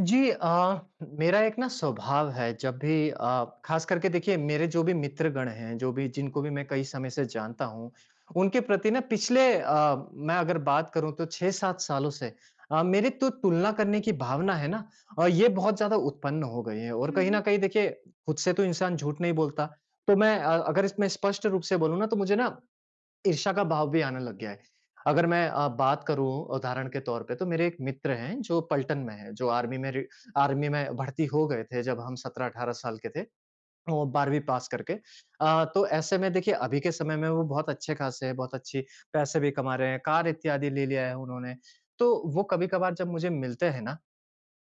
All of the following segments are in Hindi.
जी मेरा एक ना स्वभाव है जब भी खास करके देखिए मेरे जो भी मित्रगण हैं, जो भी जिनको भी मैं कई समय से जानता हूँ, उनके प्रति ना पिछले मैं अगर बात करूँ तो 6-7 सालों से मेरी तो तुलना करने की भावना है ना। ये बहुत ज़्यादा उत्पन्न हो गई है और हुँ, कहीं न हुँ। कहीं देखिए खुद से तो इंसान झूठ नहीं बोलता। तो मैं अगर इसमें स्पष्ट रूप से बोलूँ ना तो मुझे ना ईर्ष्या का भाव भी आने लग गया है। अगर मैं बात करूँ उदाहरण के तौर पे तो मेरे एक मित्र हैं जो पलटन में हैं, जो आर्मी में भर्ती हो गए थे जब हम 17-18 साल के थे और 12वीं पास करके। तो ऐसे में देखिए अभी के समय में वो बहुत अच्छे खासे हैं, बहुत अच्छी पैसे भी कमा रहे हैं, कार इत्यादि ले लिया है उन्होंने। तो वो कभी-कभार जब मुझे मिलते हैं ना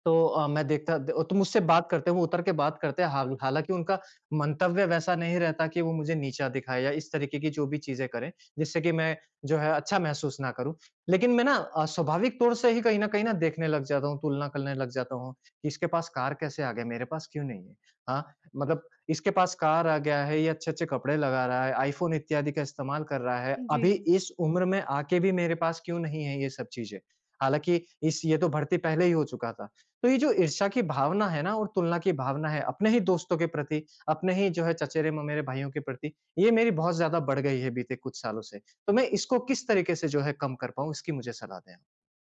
तो मैं देखता द तो मुझसे बात करते हैं, वो उतर के बात करते हैं। हालाँकि उनका मंतव्य वैसा नहीं रहता कि वो मुझे नीचा दिखाएँ या इस तरीके की जो भी चीज़ें करें, जिससे कि मैं जो है अच्छा महसूस ना करूँ। लेकिन मैं ना स्वाभाविक तौर से ही कहीं न कहीं ना देखने लग जाता हूँ, तुलना करने लग जाता हूँ कि इसके पास कार कैसे आ गया, मेरे पास क्यों नहीं है? हाँ, मतलब इसके पास कार आ गया है, ये अच्छे-अच्छे कपड़े लगा रहा है, आईफ़ोन इत्यादि का इस्तेमाल कर रहा है। अभी जी, इस उम्र में आके भी मेरे पास क्यों नहीं है ये सब चीज़ें? हालाँकि इस ये तो भर्ती पहले ही हो चुका था। तो ये जो ईर्ष्या की भावना है ना और तुलना की भावना है, अपने ही दोस्तों के प्रति, अपने ही जो है चचेरे-ममेरे भाइयों के प्रति, ये मेरी बहुत ज़्यादा बढ़ गई है बीते कुछ सालों से। तो मैं इसको किस तरीके से जो है कम कर पाऊँ, इसकी मुझे सलाह दें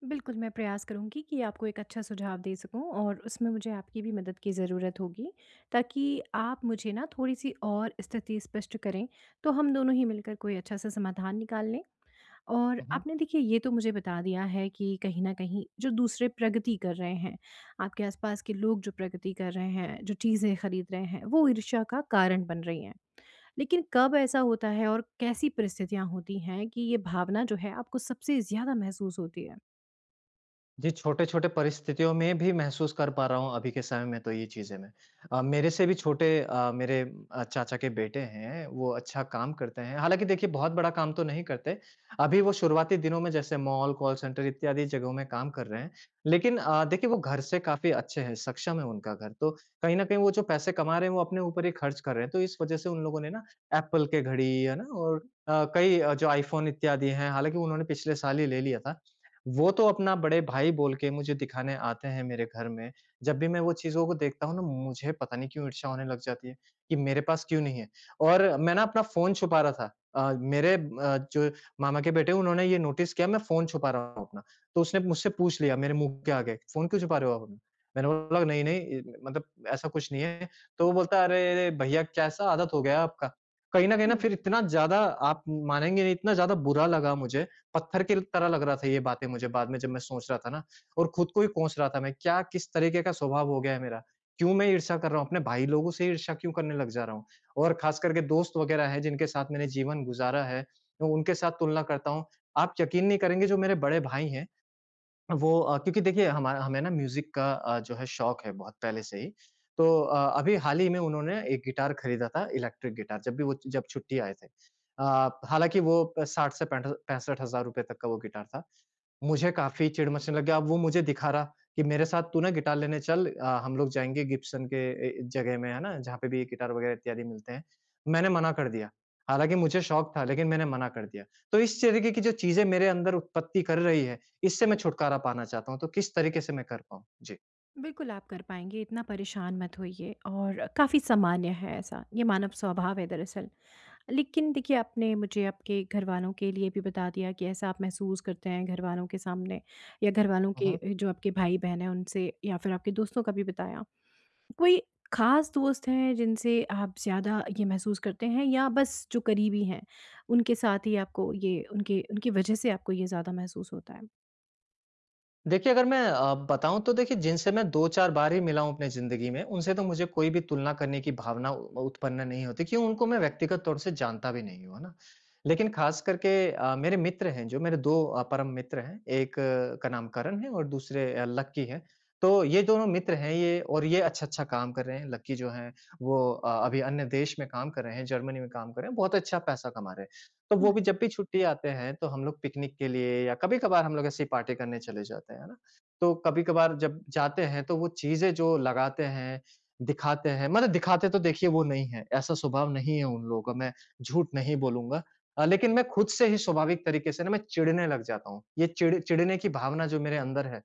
बिल्कुल मैं प्रयास करूँगी कि आपको एक अच्छा सुझाव दे सकूँ और उसमें मुझे आपकी भी मदद की ज़रूरत होगी, ताकि आप मुझे ना थोड़ी-सी और स्थिति स्पष्ट करें, तो हम दोनों ही मिलकर कोई अच्छा-सा समाधान निकाल लें। और आप? आपने देखिए ये तो मुझे बता दिया है कि कहीं न कहीं जो दूसरे प्रगति कर रहे हैं, आपके आस-पास के लोग जो प्रगति कर रहे हैं, जो चीज़ें खरीद रहे हैं, वो ईर्ष्या का कारण बन रही हैं। लेकिन कब ऐसा होता है और कैसी परिस्थितियाँ होती हैं कि ये भावना जो है आपको सबसे ज़्यादा महसूस होती है? जी, छोटे-छोटे परिस्थितियों में भी महसूस कर पा रहा हूँ अभी के समय में तो ये चीज़ें मैं। मेरे से भी छोटे मेरे चाचा के बेटे हैं, वो अच्छा काम करते हैं। हालाँकि देखिए बहुत बड़ा काम तो नहीं करते। अभी वो शुरुआती दिनों में जैसे मॉल, कॉल सेंटर इत्यादि जगहों में काम कर रहे हैं। लेकिन देखिए वो घर से काफ़ी अच्छे हैं, सक्षम है उनका घर। तो कहीं न कहीं वो जो पैसे कमा रहे हैं वो अपने ऊपर ही खर्च कर रहे हैं। तो इस वज़ह से उन लोगों ने ना एप्पल के घड़ी है ना और कई जो आईफ़ोन इत्यादि हैं, हालाँकि उन्होंने पिछले साल ही ले लिया था। वो तो अपना बड़े भाई बोल के मुझे दिखाने आते हैं मेरे घर में। जब भी मैं वो चीज़ों को देखता हूँ ना मुझे पता नहीं क्यों ईर्ष्या होने लग जाती है, कि मेरे पास क्यों नहीं है? और मैं ना अपना फ़ोन छुपा रहा था। मेरे जो मामा के बेटे हैं उन्होंने ये नोटिस किया मैं फ़ोन छुपा रहा हूँ अपना। तो उसने मुझसे पूछ लिया मेरे मुँह के आगे, "फ़ोन क्यों छुपा रहे हो आप अपना?" मैंने बोला, "नहीं, नहीं मतलब ऐसा कुछ नहीं है।" तो वो बोलता है, "अरे! अरे! भैया कैसा आदत हो गया है आपका?" कहीं न कहीं ना हुँ। फिर इतना ज़्यादा आप मानेंगे नहीं इतना ज़्यादा बुरा लगा मुझे, पत्थर की तरह लग रहा था ये बातें मुझे। बाद में जब मैं सोच रहा था ना और खुद को ही कोस रहा था, मैं क्या किस तरीके का स्वभाव हो गया है मेरा, क्यों मैं ईर्ष्या कर रहा हूँ अपने भाई लोगों से, ईर्ष्या क्यों करने लग जा रहा हूँ। और खास करके दोस्त वगैरह है जिनके साथ मैंने जीवन गुजारा है, मैं उनके साथ तुलना करता हूँ। आप यकीन नहीं करेंगे जो मेरे बड़े भाई हैं, वो क्योंकि देखिए हमा हमें ना म्यूज़िक का जो है शौक है बहुत पहले से ही। तो अभी हाल ही में उन्होंने एक गिटार खरीदा था, इलेक्ट्रिक गिटार जब भी वो जब छुट्टी आए थे। हालाँकि वो प 60 से पैंठ 65 हज़ार रुपए तक का वो गिटार था। मुझे काफ़ी चिढ़ मचने लग गया, अब वो मुझे दिखा रहा कि मेरे साथ तू ना गिटार लेने चल, हम लोग जाएँगे गिब्सन के जगह में, है ना? जहाँ पे भी गिटार वगैरह इत्यादि मिलते हैं। मैंने मना कर दिया, हालाँकि मुझे शौक था लेकिन मैंने मना कर दिया। तो इस तरीके की जो चीज़ें मेरे अंदर उत्पत्ति कर रही है, इससे मैं छुटकारा पाना चाहता हूँ, तो किस तरीके से मैं कर पाऊँ? जी। बिल्कुल आप कर पाएँगे, इतना परेशान मत होइए और काफ़ी सामान्य है ऐसा, ये मानव स्वभाव है दरअसल। लेकिन देखिए आपने मुझे आपके घरवालों के लिए भी बता दिया कि ऐसा आप महसूस करते हैं घरवालों के सामने या घरवालों हुँ, हुँ। के जो आपके भाई-बहन हैं उनसे या फिर आपके दोस्तों का भी बताया। कोई खास दोस्त हैं जिनसे आप ज़्यादा ये महसूस करते हैं या बस जो करीबी हैं, उनके साथ ही आपको ये उनके उनकी वजह से आपको ये ज़्यादा महसूस होता है? देखिए, अगर मैं बताऊँ तो देखिए जिनसे मैं 2-4 बार ही मिला हूँ अपने ज़िंदगी में, उनसे तो मुझे कोई भी तुलना करने की भावना उ उत्पन्न नहीं होती, क्यों उनको मैं व्यक्तिगत तौर से जानता भी नहीं हूँ, है ना? लेकिन ख़ास करके मेरे मित्र हैं जो मेरे 2 परम मित्र हैं, एक का नाम करण है और दूसरे लक्की हैं। तो ये दोनों मित्र हैं ये और ये अच्छा-अच्छा काम कर रहे हैं। लक्की जो हैं वो अभी अन्य देश में काम कर रहे हैं, जर्मनी में काम कर रहे हैं, बहुत अच्छा पैसा कमा रहे हैं। तो वो हुँ। भी जब भी छुट्टी आते हैं, तो हम लोग पिकनिक के लिए या कभी-कभार हम लोग ऐसे ही पार्टी करने चले जाते हैं, है ना? तो कभी-कभार जब जाते हैं, तो वो चीज़ें जो लगाते हैं, दिखाते हैं। मतलब दिखाते तो देखिए वो नहीं है, ऐसा स्वभाव नहीं है उन लोगों का, मैं झूठ नहीं बोलूँगा। लेकिन मैं खुद से ही स्वाभाविक तरीके से ना मैं चिढ़ने लग जाता हूँ। ये चिढ़ने की भावना जो मेरे अंदर है,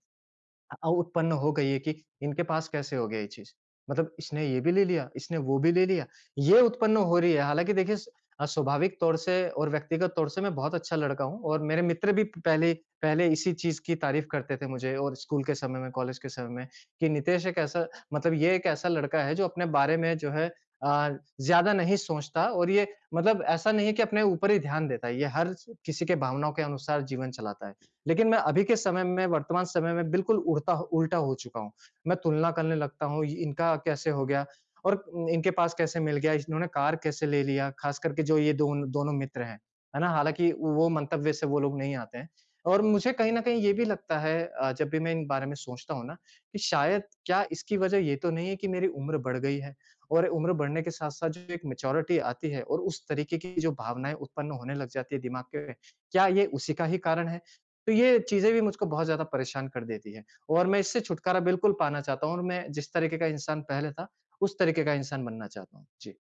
उत्पन्न हो गई है कि इनके पास कैसे हो गया ये चीज़? मतलब इसने ये भी ले लिया, इसने वो भी ले लिया, ये उत्पन्न हो रही है। हालाँकि देखिए स स्वाभाविक तौर से और व्यक्तिगत तौर से मैं बहुत अच्छा लड़का हूँ और मेरे मित्र भी प पहले पहले इसी चीज़ की तारीफ़ करते थे मुझे और स्कूल के समय में, कॉलेज के समय में कि नितेश एक ऐसा, मतलब ये एक ऐसा लड़का है जो अपने बारे में जो है अ, ज़्यादा नहीं सोचता। और ये मतलब ऐसा नहीं है कि अपने ऊपर ही ध्यान देता है। ये हर स किसी के भावनाओं के अनुसार जीवन चलाता है। लेकिन मैं अभी के समय में, वर्तमान समय में बिल्कुल उड़ता उल्टा हो चुका हूँ। मैं तुलना करने लगता हूँ, इ इनका कैसे हो गया और इनके पास कैसे मिल गया, इन्होंने कार कैसे ले लिया, ख़ास करके जो ये दोनों मित्र हैं। है ना? हालाँकि वो मंतव्य से वो लोग नहीं आते हैं। और मुझे कहीं न कहीं ये भी लगता है, जब भी मैं इन बारे में सोचता हूँ ना, कि शायद क्या इसकी वजह ये तो नहीं है कि मेरी उम्र बढ़ गई है और उम्र बढ़ने के साथ-साथ जो एक मैच्योरिटी आती है और उस तरीके की जो भावनाएँ उत्पन्न होने लग जाती है दिमाग के, क्या ये उसी का ही कारण है? तो ये चीज़ें भी मुझको बहुत ज़्यादा परेशान कर देती है और मैं इससे छुटकारा बिल्कुल पाना चाहता हूँ और मैं जिस तरीके का इंसान पहले था, उस तरीके का इंसान बनना चाहता हूँ। जी।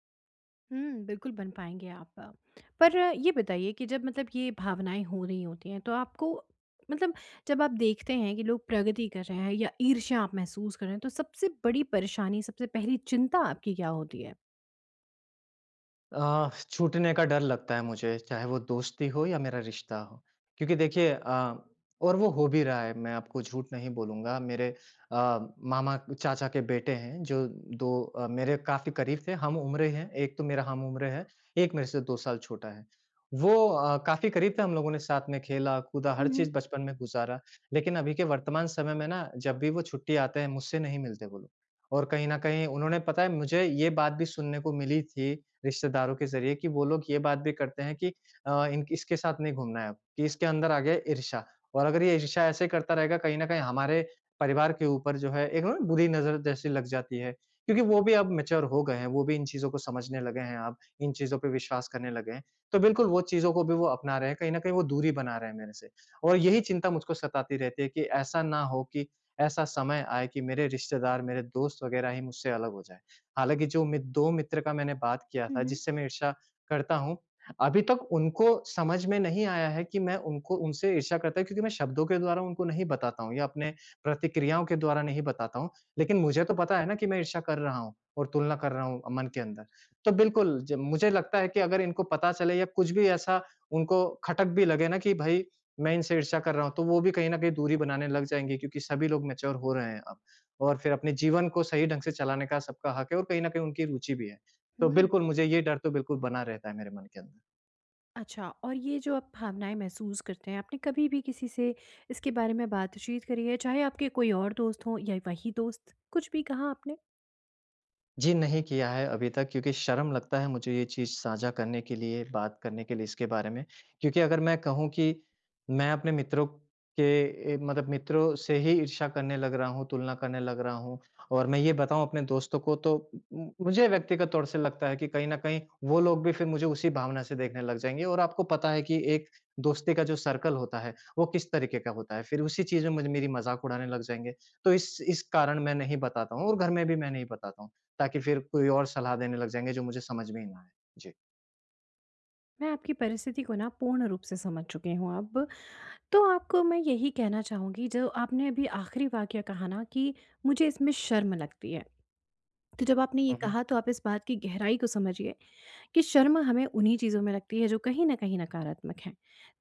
हुँ, बिल्कुल बन पाएँगे आप। पर ये बताइए कि जब मतलब ये भावनाएँ हो रही होती हैं तो आपको मतलब जब आप देखते हैं कि लोग प्रगति कर रहे हैं या ईर्ष्या आप महसूस कर रहे हैं तो सबसे बड़ी परेशानी, सबसे पहली चिंता आपकी क्या होती है? छूटने का डर लगता है मुझे, चाहे वो दोस्ती हो या मेरा रिश्ता हो। क्योंकि देखिए और वो हो भी रहा है, मैं आपको झूठ नहीं बोलूँगा। मेरे अ, मामा चाचा के बेटे हैं जो 2 मेरे काफ़ी करीब थे, हम उम्रे हैं। एक तो मेरा हम उम्र है, एक मेरे से 2 साल छोटा है। वो काफ़ी करीब थे, हम लोगों ने साथ में खेला, कूदा, हर हुँ, हुँ। चीज़ बचपन में गुज़ारा। लेकिन अभी के वर्तमान समय में ना जब भी वो छुट्टी आते हैं, मुझसे नहीं मिलते वो लोग। और कहीं न कहीं उन्होंने पता है, मुझे ये बात भी सुनने को मिली थी रिश्तेदारों के ज़रिए, कि वो लोग ये बात भी करते हैं कि इन इसके साथ नहीं घूमना है अब, कि इसके अंदर आ गया है ईर्ष्या। और अगर ये ईर्ष्या ऐसे करता रहेगा, कहीं न कहीं हमारे परिवार के ऊपर जो है एक ना बुरी नज़र जैसी लग जाती है। क्योंकि वो भी अब मैच्योर हो गए हैं, वो भी इन चीज़ों को समझने लगे हैं अब, इन चीज़ों पे विश्वास करने लगे हैं। तो बिल्कुल वो चीज़ों को भी वो अपना रहे हैं, कहीं न कहीं वो दूरी बना रहे हैं मेरे से। और यही चिंता मुझको सताती रहती है कि ऐसा ना हो कि ऐसा समय आए कि मेरे रिश्तेदार, मेरे दोस्त वग़ैरह ही मुझसे अलग हो जाएँ। हालाँकि जो मि 2 मित्र का मैंने बात किया था हुँ, जिससे मैं ईर्ष्या करता हूँ, अभी तक उनको समझ में नहीं आया है कि मैं उनको उनसे ईर्ष्या करता हूं, क्योंकि मैं शब्दों के द्वारा उनको नहीं बताता हूँ या अपने प्रतिक्रियाओं के द्वारा नहीं बताता हूँ। लेकिन मुझे तो पता है ना कि मैं ईर्ष्या कर रहा हूँ और तुलना कर रहा हूँ मन के अंदर। तो बिल्कुल ज मुझे लगता है कि अगर इनको पता चले या कुछ भी ऐसा उनको खटक भी लगे ना कि भई मैं इनसे ईर्ष्या कर रहा हूँ, तो वो भी कहीं न कहीं दूरी बनाने लग जाएँगे क्योंकि सभी लोग मैच्योर हो रहे हैं अब। और फिर अपने जीवन को सही ढंग से चलाने का सबका हक है और कहीं न कहीं उनकी रुचि भी है। तो हुँ। बिल्कुल मुझे ये डर तो बिल्कुल बना रहता है मेरे मन के अंदर। अच्छा और ये जो आप भावनाएँ महसूस करते हैं, आपने कभी भी किसी से इसके बारे में बातचीत करी है? चाहे आपके कोई और दोस्त हों या वही दोस्त, कुछ भी कहा आपने? जी, नहीं किया है अभी तक क्योंकि शर्म लगता है मुझे ये चीज़ साझा करने के लिए, बात करने के लिए इसके बारे में। क्योंकि अगर मैं कहूँ कि मैं अपने मित्रों के मतलब मित्रों से ही ईर्ष्या करने लग रहा हूँ, तुलना करने लग रहा हूँ, और मैं ये बताऊँ अपने दोस्तों को तो मुझे व्यक्तिगत तौर से लगता है कि कहीं न कहीं वो लोग भी फिर मुझे उसी भावना से देखने लग जाएँगे। और आपको पता है कि एक दोस्ती का जो सर्कल होता है, वो किस तरीके का होता है। फिर उसी चीज़ में मुझे मेरी मज़ाक उड़ाने लग जाएँगे। तो इस कारण मैं नहीं बताता हूँ और घर में भी मैं नहीं बताता हूँ। ताकि फिर कोई और सलाह देने लग जाएँगे जो मुझे समझ में ही ना आए। जी। मैं आपकी परिस्थिति को ना पूर्ण रूप से समझ चुकी हूँ अब। तो आपको मैं यही कहना चाहूँगी जो आपने अभी आखिरी वाक़या कहा ना कि मुझे इसमें शर्म लगती है। तो जब आपने ये हुँ, हुँ। कहा तो आप इस बात की गहराई को समझिए कि शर्म हमें उन्हीं चीज़ों में लगती है जो कहीं न कहीं नकारात्मक हैं।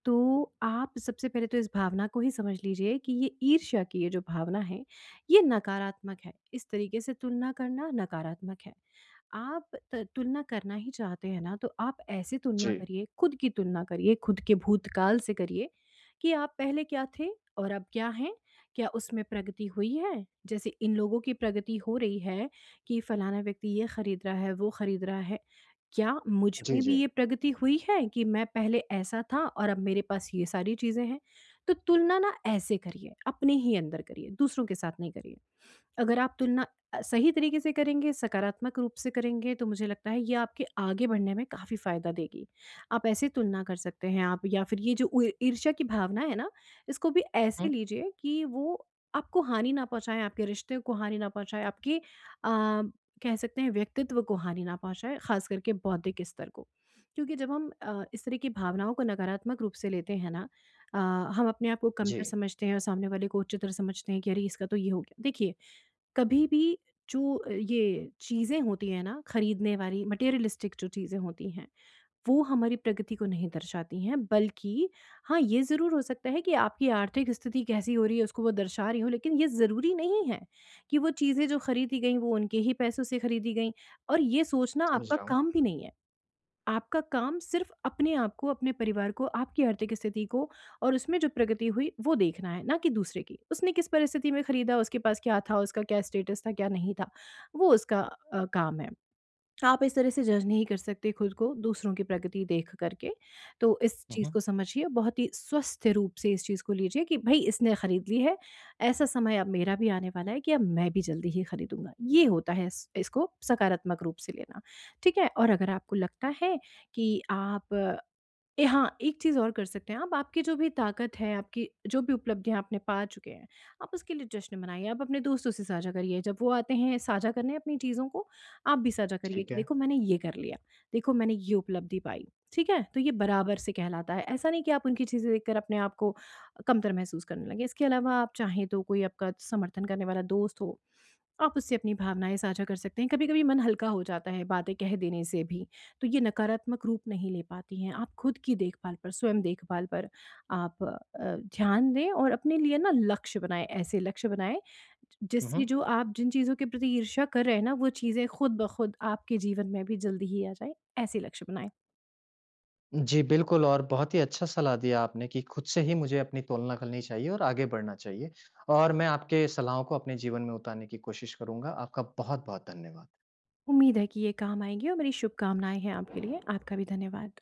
तो आप सबसे पहले तो इस भावना को ही समझ लीजिए कि ये ईर्ष्या की ये जो भावना है, ये नकारात्मक है। इस तरीके से तुलना करना नकारात्मक है। आप त तुलना करना ही चाहते हैं ना, तो आप ऐसे जी। तुलना करिए, खुद की तुलना करिए, खुद के भूतकाल से करिए कि आप पहले क्या थे और अब क्या हैं? क्या उसमें प्रगति हुई है? जैसे इन लोगों की प्रगति हो रही है कि फलाना व्यक्ति ये खरीद रहा है, वो खरीद रहा है। क्या मुझ जी, में भी जी। ये प्रगति हुई है कि मैं पहले ऐसा था और अब मेरे पास ये सारी चीज़ें हैं? तो तुलना ना ऐसे करिए, अपने ही अंदर करिए, दूसरों के साथ नहीं करिए। अगर आप तुलना सही तरीके से करेंगे, सकारात्मक रूप से करेंगे, तो मुझे लगता है ये आपके आगे बढ़ने में काफ़ी फ़ायदा देगी। आप ऐसे तुलना कर सकते हैं आप या फिर ये जो उ ईर्ष्या की भावना है ना, इसको भी हुँ, ऐसे हुँ। लीजिए कि वो आपको हानि ना पहुँचाएँ, आपके रिश्ते को हानि ना पहुँचाएँ, आपके कह सकते हैं व्यक्तित्व को हानि ना पहुँचाएँ, ख़ास करके बौद्धिक स्तर को। क्योंकि जब हम इस तरह की भावनाओं को नकारात्मक रूप से लेते हैं ना अ, हम अपने आप को कमतर जी, समझते हैं और सामने वाले को उच्चतर समझते हैं कि अरे! इसका तो ये हो गया। देखिए कभी भी जो ये चीज़ें होती हैं ना खरीदने वाली मटेरियलिस्टिक जो चीज़ें होती हैं, वो हमारी प्रगति को नहीं दर्शाती हैं बल्कि हाँ, ये ज़रूर हो सकता है कि आपकी आर्थिक स्थिति कैसी हो रही है उसको वो दर्शा रही हो लेकिन ये ज़रूरी नहीं है कि वो चीज़ें जो खरीदी गईं वो उनके ही पैसों से खरीदी गईं और ये सोचना समझ आपका रहा हूँ। काम भी नहीं है। आपका काम सिर्फ अपने आप को, अपने परिवार को, आपकी आर्थिक स्थिति को और उसमें जो प्रगति हुई वो देखना है, ना कि दूसरे की। उसने किस परिस्थिति में खरीदा, उसके पास क्या था, उसका क्या स्टेटस था, क्या नहीं था, वो उसका काम है। आप इस तरह से जज नहीं कर सकते खुद को दूसरों की प्रगति देख करके। तो इस हुँ, चीज़ हुँ। को समझिए बहुत ही स्वस्थ रूप से इस चीज़ को लीजिए कि भई इसने खरीद ली है, ऐसा समय अब मेरा भी आने वाला है कि अब मैं भी जल्दी ही खरीदूँगा। ये होता है इस इसको सकारात्मक रूप से लेना, ठीक है? और अगर आपको लगता है कि आप हाँ, एक चीज़ और कर सकते हैं आप, आपकी जो भी ताकत है, आपकी जो भी उपलब्धियाँ आपने पा चुके हैं, आप उसके लिए जश्न मनाइए, आप अपने दोस्तों से साझा करिए। जब वो आते हैं साझा करने अपनी चीज़ों को, आप भी साझा करिए ठीक कि है। देखो मैंने ये कर लिया, देखो मैंने ये उपलब्धि पाई, ठीक है? तो ये बराबर से कहलाता है। ऐसा नहीं कि आप उनकी चीज़ें देखकर अपने आप को कमतर महसूस करने लगें। इसके अलावा आप चाहें तो कोई आपका समर्थन करने वाला दोस्त हो, आप उससे अपनी भावनाएँ साझा कर सकते हैं। कभी-कभी मन हल्का हो जाता है बातें कह देने से भी। तो ये नकारात्मक रूप नहीं ले पाती हैं। आप खुद की देखभाल पर, स्वयं देखभाल पर आप ध्यान दें और अपने लिए ना लक्ष्य बनाएँ, ऐसे लक्ष्य बनाएँ हुँ, जिससे हुँ। जो आप जिन चीज़ों के प्रति ईर्ष्या कर रहे हैं ना, वो चीज़ें खुद ब खुद आपके जीवन में भी जल्दी ही आ जाएँ, ऐसे लक्ष्य बनाएँ। जी, बिल्कुल, और बहुत ही अच्छा सलाह दिया आपने कि खुद से ही मुझे अपनी तुलना करनी चाहिए और आगे बढ़ना चाहिए और मैं आपके सलाहों को अपने जीवन में उतारने की कोशिश करूँगा। आपका बहुत-बहुत धन्यवाद। उम्मीद है कि ये काम आएँगी और मेरी शुभकामनाएँ हैं आपके लिए। आपका भी धन्यवाद।